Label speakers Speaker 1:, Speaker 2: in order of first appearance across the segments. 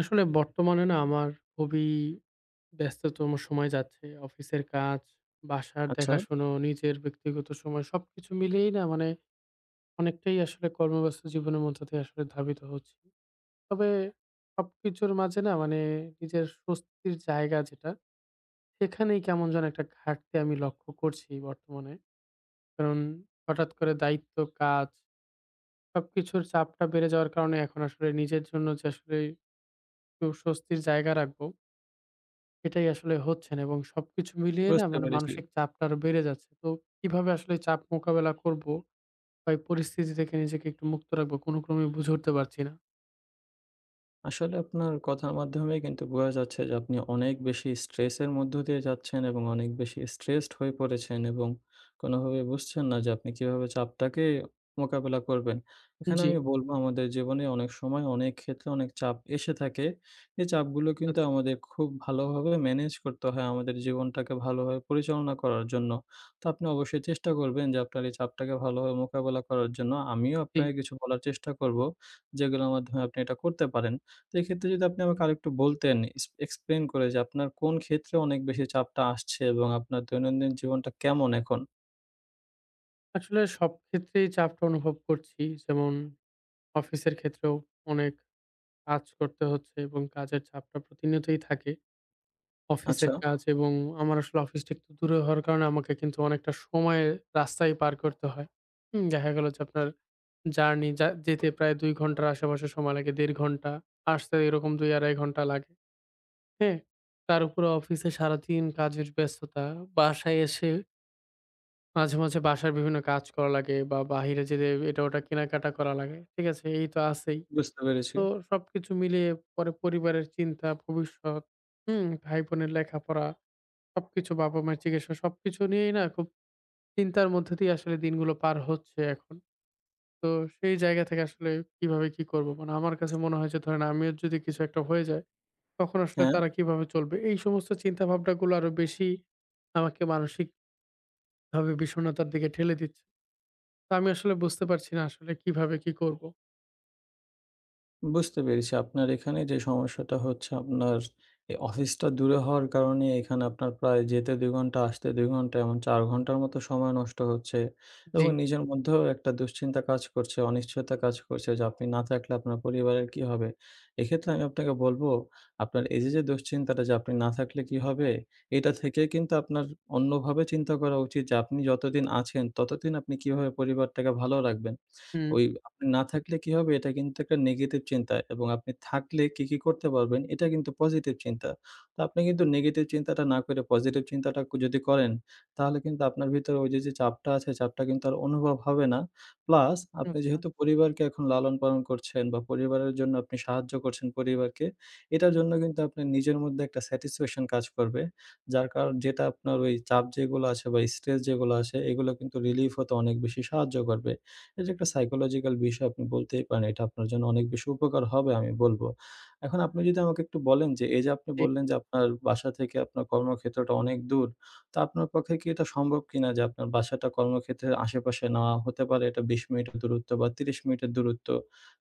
Speaker 1: আসলে বর্তমানে না আমার খুবই ব্যস্ততম সময় যাচ্ছে। অফিসের কাজ, বাসার
Speaker 2: আচ্ছা,
Speaker 1: দেখাশুনো, নিজের ব্যক্তিগত সময় সবকিছু মিলিয়েই না মানে অনেকটাই আসলে কর্মব্যস্ত জীবনের মধ্য দিয়ে আসলে ধাবিত হচ্ছি। তবে সবকিছুর মাঝে না মানে নিজের স্বস্তির জায়গা যেটা, সেখানেই কেমন যেন একটা ঘাটতি আমি লক্ষ্য করছি বর্তমানে। কারণ হঠাৎ করে দায়িত্ব, কাজ সবকিছুর চাপটা বেড়ে যাওয়ার কারণে এখন আসলে নিজের জন্য যে আসলে একটু স্বস্তির জায়গা রাখবো এটাই আসলে হচ্ছে না এবং সবকিছু মিলিয়ে না
Speaker 2: বুঝতে
Speaker 1: মানে
Speaker 2: পেরেছি।
Speaker 1: মানসিক চাপটা আরো বেড়ে যাচ্ছে। তো কিভাবে আসলে চাপ মোকাবেলা করব বা এই পরিস্থিতি থেকে নিজেকে একটু মুক্ত রাখবো কোনো ক্রমেই বুঝে উঠতে পারছি না।
Speaker 2: আসলে আপনার কথার মাধ্যমে কিন্তু বোঝা যাচ্ছে যে আপনি অনেক বেশি স্ট্রেসের মধ্য দিয়ে যাচ্ছেন এবং অনেক বেশি স্ট্রেসড হয়ে পড়েছেন এবং কোনোভাবে বুঝছেন না যে আপনি কিভাবে চাপটাকে মোকাবেলা করবেন। এখানে
Speaker 1: জি,
Speaker 2: আমি বলবো আমাদের জীবনে অনেক সময় অনেক ক্ষেত্রে অনেক চাপ এসে থাকে। এই চাপগুলো কিন্তু
Speaker 1: আচ্ছা,
Speaker 2: আমাদের খুব ভালোভাবে ম্যানেজ করতে হয় আমাদের জীবনটাকে ভালোভাবে পরিচালনা করার জন্য। তো আপনি অবশ্যই চেষ্টা করবেন যে আপনার এই চাপটাকে ভালোভাবে মোকাবেলা করার জন্য। আমিও
Speaker 1: জি।
Speaker 2: আপনাকে কিছু বলার চেষ্টা করব যেগুলোর মাধ্যমে আপনি এটা করতে পারেন। তো এক্ষেত্রে যদি আপনি আমাকে আরেকটু বলতেন, ইস এক্সপ্লেইন করে যে আপনার কোন ক্ষেত্রে অনেক বেশি চাপটা আসছে এবং আপনার দৈনন্দিন জীবনটা কেমন এখন?
Speaker 1: আসলে সব ক্ষেত্রেই চাপটা অনুভব করছি। যেমন অফিসের ক্ষেত্রেও অনেক কাজ করতে হচ্ছে এবং কাজের চাপটা প্রতিনিয়তই থাকে।
Speaker 2: আচ্ছা,
Speaker 1: অফিসের কাজ এবং আমার আসলে অফিসটা একটু দূরে হওয়ার কারণে আমাকে কিন্তু অনেকটা সময় রাস্তায় পার করতে হয়। হুম, দেখা গেল যে আপনার জার্নি যা যেতে প্রায় ২ ঘন্টার আশেপাশে সময় লাগে। ১.৫ ঘন্টা। আসতে এরকম ২-২.৫ ঘন্টা লাগে। হ্যাঁ? তার উপরে অফিসে সারাদিন কাজের ব্যস্ততা। বাসায় এসে মাঝে, মাঝে বাসার বিভিন্ন কাজ করা লাগে বা বাহিরে যেতে এটা ওটা কেনাকাটা করা লাগে। ঠিক আছে? এই তো আছেই।
Speaker 2: বুঝতে পেরেছি।
Speaker 1: তো সবকিছু মিলিয়ে পরে পরিবারের চিন্তা, ভবিষ্যৎ, হুম? ভাই-বোনের লেখাপড়া, সবকিছু বাবা-মায়ের চিকিৎসা সবকিছু নিয়েই না খুব চিন্তার মধ্য দিয়ে আসলে দিনগুলো পার হচ্ছে এখন। তো সেই জায়গা থেকে আসলে কিভাবে কি করবো? মানে আমার কাছে মনে হয় যে ধরেন আমিও যদি কিছু একটা হয়ে যায়, তখন আসলে
Speaker 2: হ্যাঁ।
Speaker 1: তারা কিভাবে চলবে? এই সমস্ত চিন্তাভাবনাগুলো আরো বেশি আমাকে মানসিকভাবে বিষণ্ণতার দিকে ঠেলে দিচ্ছে। তো আমি আসলে বুঝতে পারছি না আসলে কিভাবে কি করব?
Speaker 2: বুঝতে পেরেছি। আপনার এখানে যে সমস্যাটা হচ্ছে আপনার এ অফিসটা দূরে হওয়ার কারণে এখানে আপনার প্রায় যেতে ২ ঘন্টা, আসতে ২ ঘন্টা এমন ৪ ঘন্টার মতো সময় নষ্ট হচ্ছে
Speaker 1: জি।
Speaker 2: এবং নিজের মধ্যেও একটা দুশ্চিন্তা কাজ করছে, অনিশ্চয়তা কাজ করছে যে আপনি না থাকলে আপনার পরিবারের কি হবে? এক্ষেত্রে আমি আপনাকে বলব, আপনার এই যে, যে দুশ্চিন্তাটা যে আপনি না থাকলে কি হবে? এটা থেকে কিন্তু আপনার অন্যভাবে চিন্তা করা উচিত যে আপনি যতদিন আছেন ততদিন আপনি কিভাবে পরিবারটাকে ভালো রাখবেন?
Speaker 1: হুম,
Speaker 2: ওই আপনি না থাকলে কি হবে? এটা কিন্তু একটা নেগেটিভ চিন্তা এবং আপনি থাকলে কি, কি করতে পারবেন? এটা কিন্তু পজিটিভ চিন্তা। তো আপনি কিন্তু নেগেটিভ চিন্তাটা না করে পজিটিভ চিন্তাটা যদি করেন, তাহলে কিন্তু আপনার ভিতরে ওই যে, যে চাপটা আছে, চাপটা কিন্তু আর অনুভব হবে না। প্লাস আপনি
Speaker 1: আচ্ছা।
Speaker 2: যেহেতু পরিবারকে এখন লালন-পালন করছেন বা পরিবারের জন্য আপনি সাহায্য করছেন পরিবারকে, এটার জন্য কিন্তু আপনার নিজের মধ্যে একটা স্যাটিসফ্যাকশন কাজ করবে। যার কারণ যেটা আপনার ওই চাপ যেগুলো আছে বা স্ট্রেস যেগুলো আছে, এগুলো কিন্তু রিলিফ হতে অনেক বেশি সাহায্য করবে। এটা একটা সাইকোলজিক্যাল বিষয় আপনি বলতেই পারেন। এটা আপনার জন্য অনেক বেশি উপকার হবে আমি বলব। এখন আপনি যদি আমাকে একটু বলেন যে, এই যে আপনি
Speaker 1: জি,
Speaker 2: বললেন যে আপনার বাসা থেকে আপনার কর্মক্ষেত্রটা অনেক দূর। তো আপনার পক্ষে কি এটা সম্ভব কিনা যে আপনার বাসাটা কর্মক্ষেত্রের আশেপাশে না হতে পারে এটা ২০ মিনিটের দূরত্ব বা ৩০ মিনিটের দূরত্ব।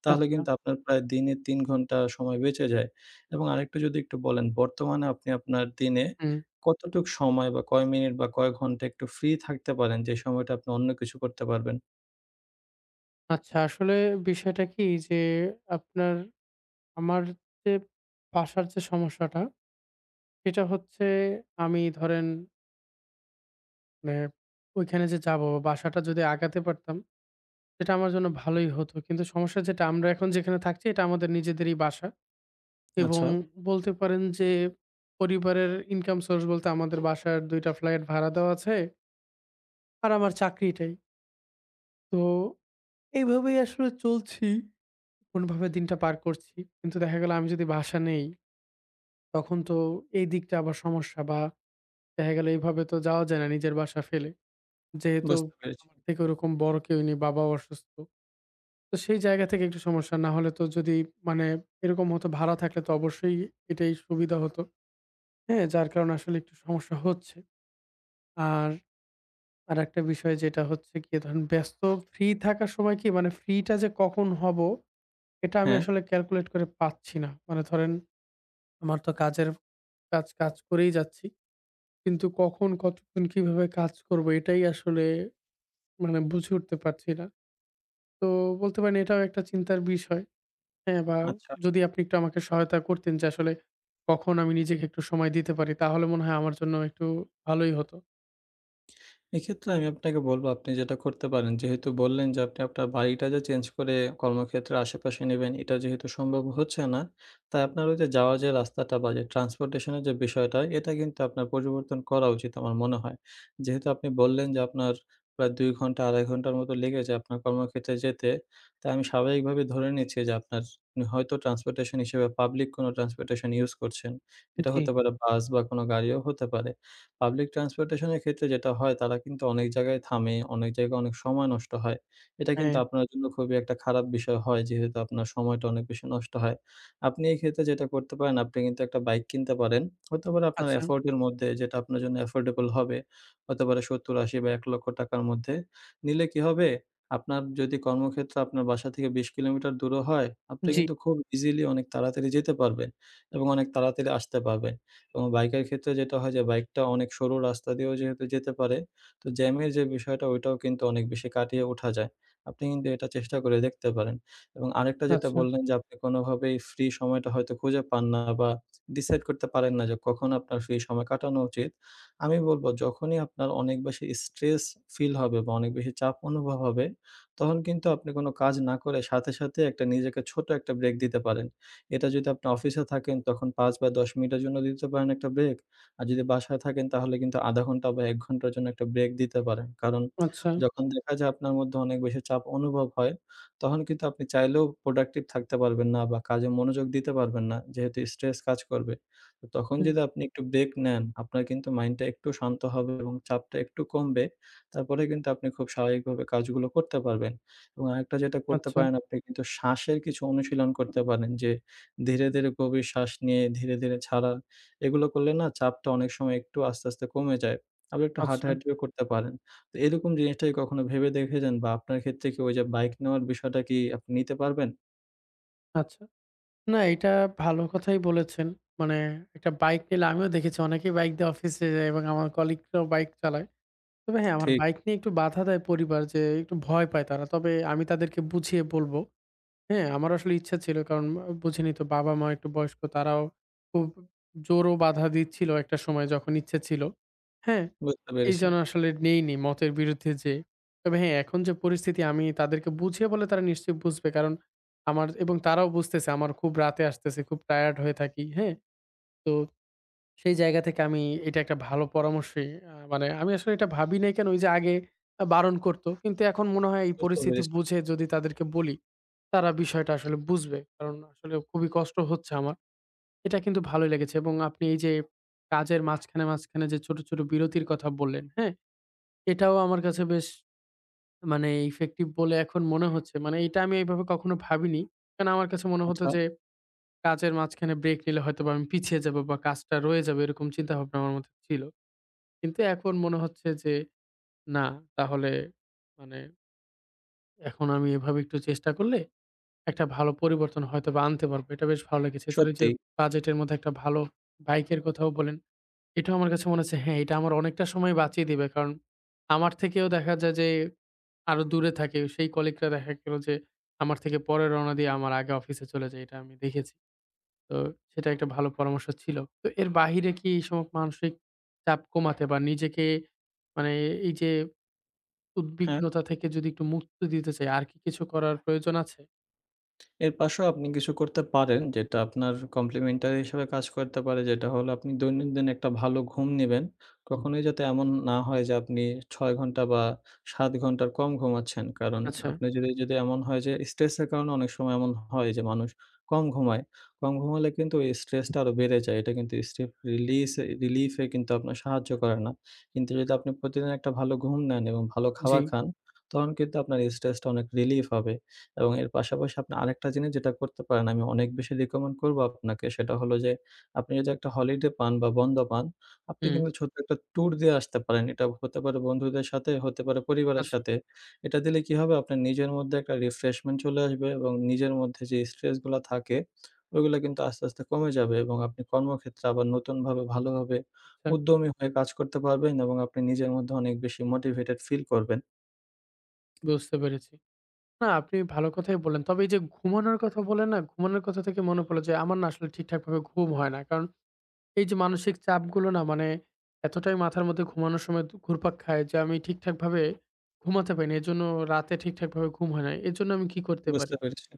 Speaker 2: তাহলে
Speaker 1: আচ্ছা।
Speaker 2: কিন্তু আপনার প্রায় দিনে ৩ ঘন্টা সময় বেঁচে যায়। এবং আরেকটু যদি একটু বলেন বর্তমানে আপনি আপনার দিনে
Speaker 1: হুম।
Speaker 2: কতটুক সময় বা কয় মিনিট বা কয় ঘন্টা একটু ফ্রি থাকতে পারেন যে সময়টা আপনি অন্য কিছু করতে পারবেন?
Speaker 1: আচ্ছা আসলে বিষয়টা কি যে আপনার আমার যে বাসার যে সমস্যাটা, সেটা হচ্ছে আমি ধরেন মানে ওইখানে যে যাবো বাসাটা যদি আগাতে পারতাম সেটা আমার জন্য ভালোই হতো। কিন্তু সমস্যা যেটা আমরা এখন যেখানে থাকছি এটা আমাদের নিজেদেরই বাসা এবং
Speaker 2: আচ্ছা।
Speaker 1: বলতে পারেন যে পরিবারের ইনকাম সোর্স বলতে আমাদের বাসার ২ টা ফ্ল্যাট ভাড়া দেওয়া আছে আর আমার চাকরিটাই। তো এইভাবেই আসলে চলছি। কোনভাবে দিনটা পার করছি। কিন্তু দেখা গেল আমি যদি বাসা নেই তখন তো এই দিকটা আবার সমস্যা বা দেখা গেল এইভাবে তো যাওয়া যায় না নিজের বাসা ফেলে। যেহেতু
Speaker 2: বুঝতে পেরেছি।
Speaker 1: আমার থেকে ওরকম বড় কেউ নেই, বাবাও অসুস্থ। তো সেই জায়গা থেকে একটু সমস্যা। না হলে তো যদি মানে এরকম হতো ভাড়া থাকলে তো অবশ্যই এটাই সুবিধা হতো। হ্যাঁ? যার কারণে আসলে একটু সমস্যা হচ্ছে। আর আরেকটা বিষয় যেটা হচ্ছে গিয়ে ধরেন ব্যস্ত ফ্রি থাকার সময় কি মানে ফ্রিটা যে কখন হব এটা আমি
Speaker 2: হ্যাঁ,
Speaker 1: আসলে ক্যালকুলেট করে পাচ্ছি না। মানে ধরেন আমার তো কাজের কাজ করেই যাচ্ছি। কিন্তু কখন কতক্ষণ কিভাবে কাজ করব এটাই আসলে মানে বুঝে উঠতে পারছি না। তো বলতে পারেন এটাও একটা চিন্তার বিষয়। হ্যাঁ, বা
Speaker 2: আচ্ছা।
Speaker 1: যদি আপনি একটু আমাকে সহায়তা করতেন যে আসলে কখন আমি নিজেকে একটু সময় দিতে পারি, তাহলে মনে হয় আমার জন্য একটু ভালোই হতো।
Speaker 2: এক্ষেত্রে আমি আপনাকে বলব আপনি যেটা করতে পারেন, যেহেতু বললেন যে আপনি আপনার বাড়িটা যে চেঞ্জ করে কর্মক্ষেত্রের আশেপাশে নিবেন, এটা যেহেতু সম্ভব হচ্ছে না, তাই আপনার ওই যে যাওয়ার যে রাস্তাটা বা যে ট্রান্সপোর্টেশন এর যে বিষয়টা, এটা কিন্তু আপনার পরিবর্তন করা উচিত আমার মনে হয়। যেহেতু আপনি বললেন যে আপনার প্রায় ২ ঘন্টা ২.৫ ঘন্টার মতো লেগে যায় আপনার কর্মক্ষেত্রে যেতে। তাই আমি স্বাভাবিকভাবে ধরে নিচ্ছি যে আপনার হয়তো ট্রান্সপোর্টেশন হিসেবে পাবলিক কোনো ট্রান্সপোর্টেশন ইউজ করছেন। এটা
Speaker 1: জি।
Speaker 2: হতে পারে বাস বা কোনো গাড়িও হতে পারে। পাবলিক ট্রান্সপোর্টেশন এর ক্ষেত্রে যেটা হয় তারা কিন্তু অনেক জায়গায় থামে, অনেক জায়গায় অনেক সময় নষ্ট হয়। এটা কিন্তু
Speaker 1: হ্যাঁ।
Speaker 2: আপনার জন্য খুবই একটা খারাপ বিষয় হয় যেহেতু আপনার সময়টা অনেক বেশি নষ্ট হয়। আপনি এই ক্ষেত্রে যেটা করতে পারেন আপনি কিন্তু একটা বাইক কিনতে পারেন। হতে পারে আপনার
Speaker 1: আচ্ছা,
Speaker 2: এফোর্ট এর মধ্যে যেটা আপনার জন্য এফোর্ডেবল হবে। হতে পারে ৭০,০০,০০০ বা ৳১,০০,০০০ মধ্যে। নিলে কি হবে? আপনার যদি কর্মক্ষেত্র আপনার বাসা থেকে ২০ কিলোমিটার দূরে হয়, আপনি
Speaker 1: জি।
Speaker 2: কিন্তু খুব ইজিলি অনেক তাড়াতাড়ি যেতে পারবেন এবং অনেক তাড়াতাড়ি আসতে পারবেন। এবং বাইকের ক্ষেত্রে যেটা হয় যে বাইকটা অনেক সরু রাস্তা দিয়েও যেহেতু যেতে পারে, তো জ্যামের যে বিষয়টা ওইটাও কিন্তু অনেক বেশি কাটিয়ে ওঠা যায়। আপনি কিন্তু এটা চেষ্টা করে দেখতে পারেন। এবং আরেকটা যেটা
Speaker 1: আচ্ছা,
Speaker 2: বললেন যে আপনি কোনোভাবেই ফ্রি সময়টা হয়তো খুঁজে পান না বা ডিসাইড করতে পারেন না যে কখন আপনার ফ্রি সময় কাটানো উচিত। আমি বলব যখনই আপনার অনেক বেশি স্ট্রেস ফিল হবে বা অনেক বেশি চাপ অনুভব হবে, তখন কিন্তু আপনি কোনো কাজ না করে সাথে, সাথে একটা নিজেকে ছোট একটা ব্রেক দিতে পারেন। এটা যদি আপনি অফিসে থাকেন তখন ৫ বা ১০ মিনিটের জন্য দিতে পারেন একটা ব্রেক। আর যদি বাসায় থাকেন তাহলে কিন্তু ০.৫ ঘন্টা বা ১ ঘন্টার জন্য একটা ব্রেক দিতে পারেন। কারণ
Speaker 1: আচ্ছা,
Speaker 2: যখন দেখা যায় আপনার মধ্যে অনেক বেশি চাপ অনুভব হয়, তখন কিন্তু আপনি চাইলেও প্রোডাক্টিভ থাকতে পারবেন না বা কাজে মনোযোগ দিতে পারবেন না। যেহেতু স্ট্রেস কাজ করবে। তো তখন
Speaker 1: হুম।
Speaker 2: যদি আপনি একটু ব্রেক নেন, আপনার কিন্তু মাইন্ডটা একটু শান্ত হবে এবং চাপটা একটু কমবে। তারপরে কিন্তু আপনি খুব স্বাভাবিকভাবে কাজগুলো করতে পারবেন। এবং আরেকটা যেটা করতে
Speaker 1: আচ্ছা,
Speaker 2: পারেন আপনি কিন্তু শ্বাসের কিছু অনুশীলন করতে পারেন যে ধীরে, ধীরে গভীর শ্বাস নিয়ে ধীরে, ধীরে ছাড়া। এগুলো করলে না চাপটা অনেক সময় একটু আস্তে, আস্তে কমে যায়। আবার একটু
Speaker 1: আচ্ছা,
Speaker 2: হাঁটাহাঁটিও করতে পারেন। তো এরকম জিনিসটা কি কখনো ভেবে দেখেছেন বা আপনার ক্ষেত্রে কি ওই যে বাইক নেওয়ার বিষয়টা কি আপনি নিতে পারবেন?
Speaker 1: আচ্ছা। না এটা ভালো কথাই বলেছেন। মানে একটা বাইক নিলে আমিও দেখেছি অনেকেই বাইক দিয়ে অফিসে যায় এবং আমার কলিগরাও বাইক চালায়। তবে হ্যাঁ, আমার
Speaker 2: ঠিক,
Speaker 1: বাইক নিয়ে একটু বাধা দেয় পরিবার যে একটু ভয় পায় তারা। তবে আমি তাদেরকে বুঝিয়ে বলব। হ্যাঁ, আমার আসলে ইচ্ছা ছিল। কারণ বুঝেনই তো বাবা-মা একটু বয়স্ক তারাও খুব জোরও বাধা দিচ্ছিল একটা সময় যখন ইচ্ছে ছিল। হ্যাঁ?
Speaker 2: বুঝতে পেরেছি,
Speaker 1: এইজন্য আসলে নেইনি মতের বিরুদ্ধে যেয়ে। তবে হ্যাঁ, এখন যে পরিস্থিতি আমি তাদেরকে বুঝিয়ে বললে তারা নিশ্চয়ই বুঝবে। কারণ আমার এবং তারাও বুঝতেছে আমার খুব রাতে আসতেছে, খুব টায়ার্ড হয়ে থাকি। হ্যাঁ? তো সেই জায়গা থেকে আমি এটা একটা ভালো পরামর্শই মানে আমি আসলে এটা ভাবি নাই কেন ওই যে আগে বারণ করত। কিন্তু এখন মনে হয় এই
Speaker 2: বুঝতে
Speaker 1: পরিস্থিতি
Speaker 2: পেরেছি।
Speaker 1: বুঝে যদি তাদেরকে বলি তারা বিষয়টা আসলে বুঝবে। কারণ আসলে খুবই কষ্ট হচ্ছে আমার। এটা কিন্তু ভালোই লেগেছে এবং আপনি এই যে কাজের মাঝখানে, মাঝখানে যে ছোট, ছোট বিরতির কথা বললেন, হ্যাঁ? এটাও আমার কাছে বেশ মানে ইফেক্টিভ বলে এখন মনে হচ্ছে। মানে এটা আমি এভাবে কখনো ভাবিনি। কারণ আমার কাছে মনে হতো
Speaker 2: আচ্ছা,
Speaker 1: যে কাজের মাঝখানে ব্রেক নিলে হয়তোবা আমি পিছিয়ে যাবো বা কাজটা রয়ে যাবে এরকম চিন্তাভাবনা আমার মধ্যে ছিল। কিন্তু এখন মনে হচ্ছে যে না তাহলে মানে এখন আমি এভাবে একটু চেষ্টা করলে একটা ভালো পরিবর্তন হয়তোবা আনতে পারবো। এটা বেশ ভালো লেগেছে। এছাড়া ওই যে
Speaker 2: সত্যি।
Speaker 1: বাজেটের মধ্যে একটা ভালো বাইকের কথাও বললেন। এটাও আমার কাছে মনে হচ্ছে হ্যাঁ, এটা আমার অনেকটা সময় বাঁচিয়ে দিবে। কারণ আমার থেকেও দেখা যায় যে আরো দূরে থাকে। সেই কলিগরা দেখা গেল যে আমার থেকে পরে রওনা দিয়ে আমার আগে অফিসে চলে যায়। এটা আমি দেখেছি। তো সেটা একটা ভালো পরামর্শ ছিল। তো এর বাহিরে কি এইসব মানসিক চাপ কমাতে বা নিজেকে মানে এই যে
Speaker 2: হ্যাঁ।
Speaker 1: উদ্বিগ্নতা থেকে যদি একটু মুক্তি দিতে চাই, আর কি কিছু করার প্রয়োজন আছে?
Speaker 2: এর পাশেও আপনি কিছু করতে পারেন যেটা আপনার কমপ্লিমেন্টারি হিসেবে কাজ করতে পারে। যেটা হলো আপনি দৈনন্দিন একটা ভালো ঘুম নিবেন। কখনোই যাতে এমন না হয় যে আপনি ৬ ঘন্টা বা ৭ ঘন্টার কম ঘুমাচ্ছেন। কারণ
Speaker 1: আচ্ছা,
Speaker 2: আপনি যদি যদি এমন হয় যে স্ট্রেসের কারণে অনেক সময় এমন হয় যে মানুষ কম ঘুমায়। কম ঘুমালে কিন্তু এই স্ট্রেসটা আরো বেড়ে যায়। এটা কিন্তু স্ট্রেস রিলিজ রিলিফ এ কিন্তু আপনার সাহায্য করে না। কিন্তু যদি আপনি প্রতিদিন একটা ভালো ঘুম নেন এবং ভালো
Speaker 1: জি,
Speaker 2: খাবার খান তখন কিন্তু আপনার স্ট্রেসটা অনেক রিলিফ হবে। এবং এর পাশাপাশি আপনি আরেকটা জিনিস যেটা করতে পারেন, আমি অনেক বেশি রিকমেন্ড করবো আপনাকে সেটা হলো যে, আপনি যদি একটা হলিডে পান বা বন্ধ পান, আপনি
Speaker 1: হুম।
Speaker 2: কিন্তু ছোট্ট একটা ট্যুর দিয়ে আসতে পারেন। এটা হতে পারে বন্ধুদের সাথে, হতে পারে পরিবারের
Speaker 1: আচ্ছা,
Speaker 2: সাথে। এটা দিলে কি হবে? আপনার নিজের মধ্যে একটা রিফ্রেশমেন্ট চলে আসবে এবং নিজের মধ্যে যে স্ট্রেসগুলা থাকে, ওইগুলা কিন্তু আস্তে, আস্তে কমে যাবে এবং আপনি কর্মক্ষেত্রে আবার নতুনভাবে ভালোভাবে
Speaker 1: আচ্ছা
Speaker 2: উদ্যমী হয়ে কাজ করতে পারবেন এবং আপনি নিজের মধ্যে অনেক বেশি মোটিভেটেড ফিল করবেন।
Speaker 1: বুঝতে পেরেছি। না আপনি ভালো কথাই বললেন। তবে এই যে ঘুমানোর কথা বললেন না, ঘুমানোর কথা থেকে মনে পড়লো যে আমার না আসলে ঠিকঠাকভাবে ঘুম হয় না। কারণ এই যে মানসিক চাপগুলো না মানে এতটাই মাথার মধ্যে ঘুমানোর সময় ঘুরপাক খায় যে আমি ঠিকঠাকভাবে ঘুমাতে পারি না। এজন্য রাতে ঠিকঠাকভাবে ঘুম হয় না। এজন্য আমি কি করতে
Speaker 2: বুঝতে
Speaker 1: পারি?
Speaker 2: পেরেছি।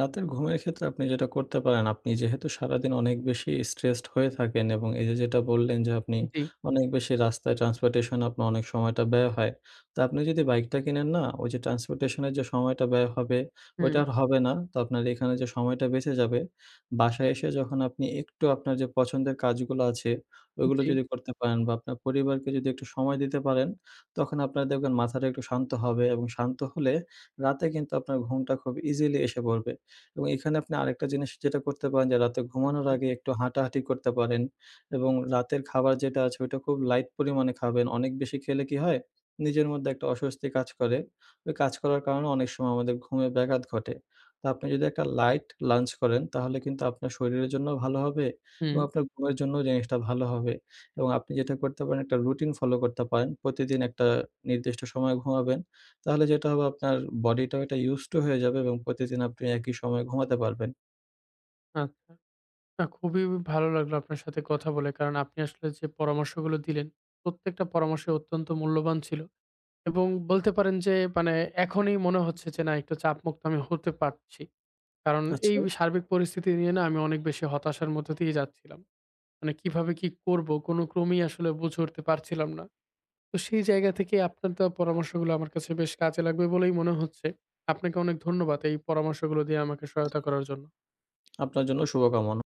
Speaker 2: রাতের ঘুমের ক্ষেত্রে আপনি যেটা করতে পারেন, আপনি যেহেতু সারাদিন অনেক বেশি স্ট্রেসড হয়ে থাকেন এবং এই যে যেটা বললেন যে আপনি
Speaker 1: জি,
Speaker 2: অনেক বেশি রাস্তায় ট্রান্সপোর্টেশন আপনার অনেক সময়টা ব্যয় হয়। তো আপনি যদি বাইকটা কিনেন না, ওই যে ট্রান্সপোর্টেশন এর যে সময়টা ব্যয় হবে,
Speaker 1: হুম,
Speaker 2: ওইটা আর হবে না। তো আপনার এখানে যে সময়টা বেঁচে যাবে, বাসায় এসে যখন আপনি একটু আপনার যে পছন্দের কাজগুলো আছে, ওইগুলো
Speaker 1: জি,
Speaker 2: যদি করতে পারেন বা আপনার পরিবারকে যদি একটু সময় দিতে পারেন, তখন আপনার দেখবেন মাথাটা একটু শান্ত হবে এবং শান্ত হলে রাতে কিন্তু আপনার ঘুমটা খুব ইজিলি এসে পড়বে। এবং এখানে আপনি আরেকটা জিনিস যেটা করতে পারেন যে রাতে ঘুমানোর
Speaker 1: আচ্ছা,
Speaker 2: আগে একটু হাঁটাহাঁটি করতে পারেন এবং রাতের খাবার যেটা আছে ওইটা খুব লাইট পরিমাণে খাবেন। অনেক বেশি খেলে কি হয়? নিজের মধ্যে একটা অস্বস্তি কাজ করে। ওই কাজ করার কারণে অনেক সময় আমাদের ঘুমে ব্যাঘাত ঘটে। তো আপনি যদি একটা লাইট লাঞ্চ করেন তাহলে কিন্তু আপনার শরীরের জন্যও ভালো হবে এবং
Speaker 1: হুম,
Speaker 2: আপনার ঘুমের জন্যও জিনিসটা ভালো হবে এবং আপনি যেটা করতে পারেন একটা রুটিন ফলো করতে পারেন। প্রতিদিন একটা নির্দিষ্ট সময়ে ঘুমাবেন। তাহলে যেটা হবে আপনার বডিটাও এটা ইউসড টু হয়ে যাবে এবং প্রতিদিন আপনি একই সময়ে ঘুমাতে পারবেন।
Speaker 1: আচ্ছা। না খুবই ভালো লাগলো আপনার সাথে কথা বলে। কারণ আপনি আসলে যে পরামর্শগুলো দিলেন, প্রত্যেকটা পরামর্শই অত্যন্ত মূল্যবান ছিল। এবং বলতে পারেন যে মানে এখনই মনে হচ্ছে যে না একটু চাপমুক্ত আমি হতে পারছি। কারণ
Speaker 2: আচ্ছা।
Speaker 1: এই সার্বিক পরিস্থিতি নিয়ে না আমি অনেক বেশি হতাশার মধ্য দিয়ে যাচ্ছিলাম। মানে কিভাবে কি করবো কোনো ক্রমেই আসলে বুঝে উঠতে পারছিলাম না। তো সেই জায়গা থেকে আপনার দেওয়া পরামর্শগুলো আমার কাছে বেশ কাজে লাগবে বলেই মনে হচ্ছে। আপনাকে অনেক ধন্যবাদ এই পরামর্শগুলো দিয়ে আমাকে সহায়তা করার জন্য।
Speaker 2: আপনার জন্য শুভকামনা।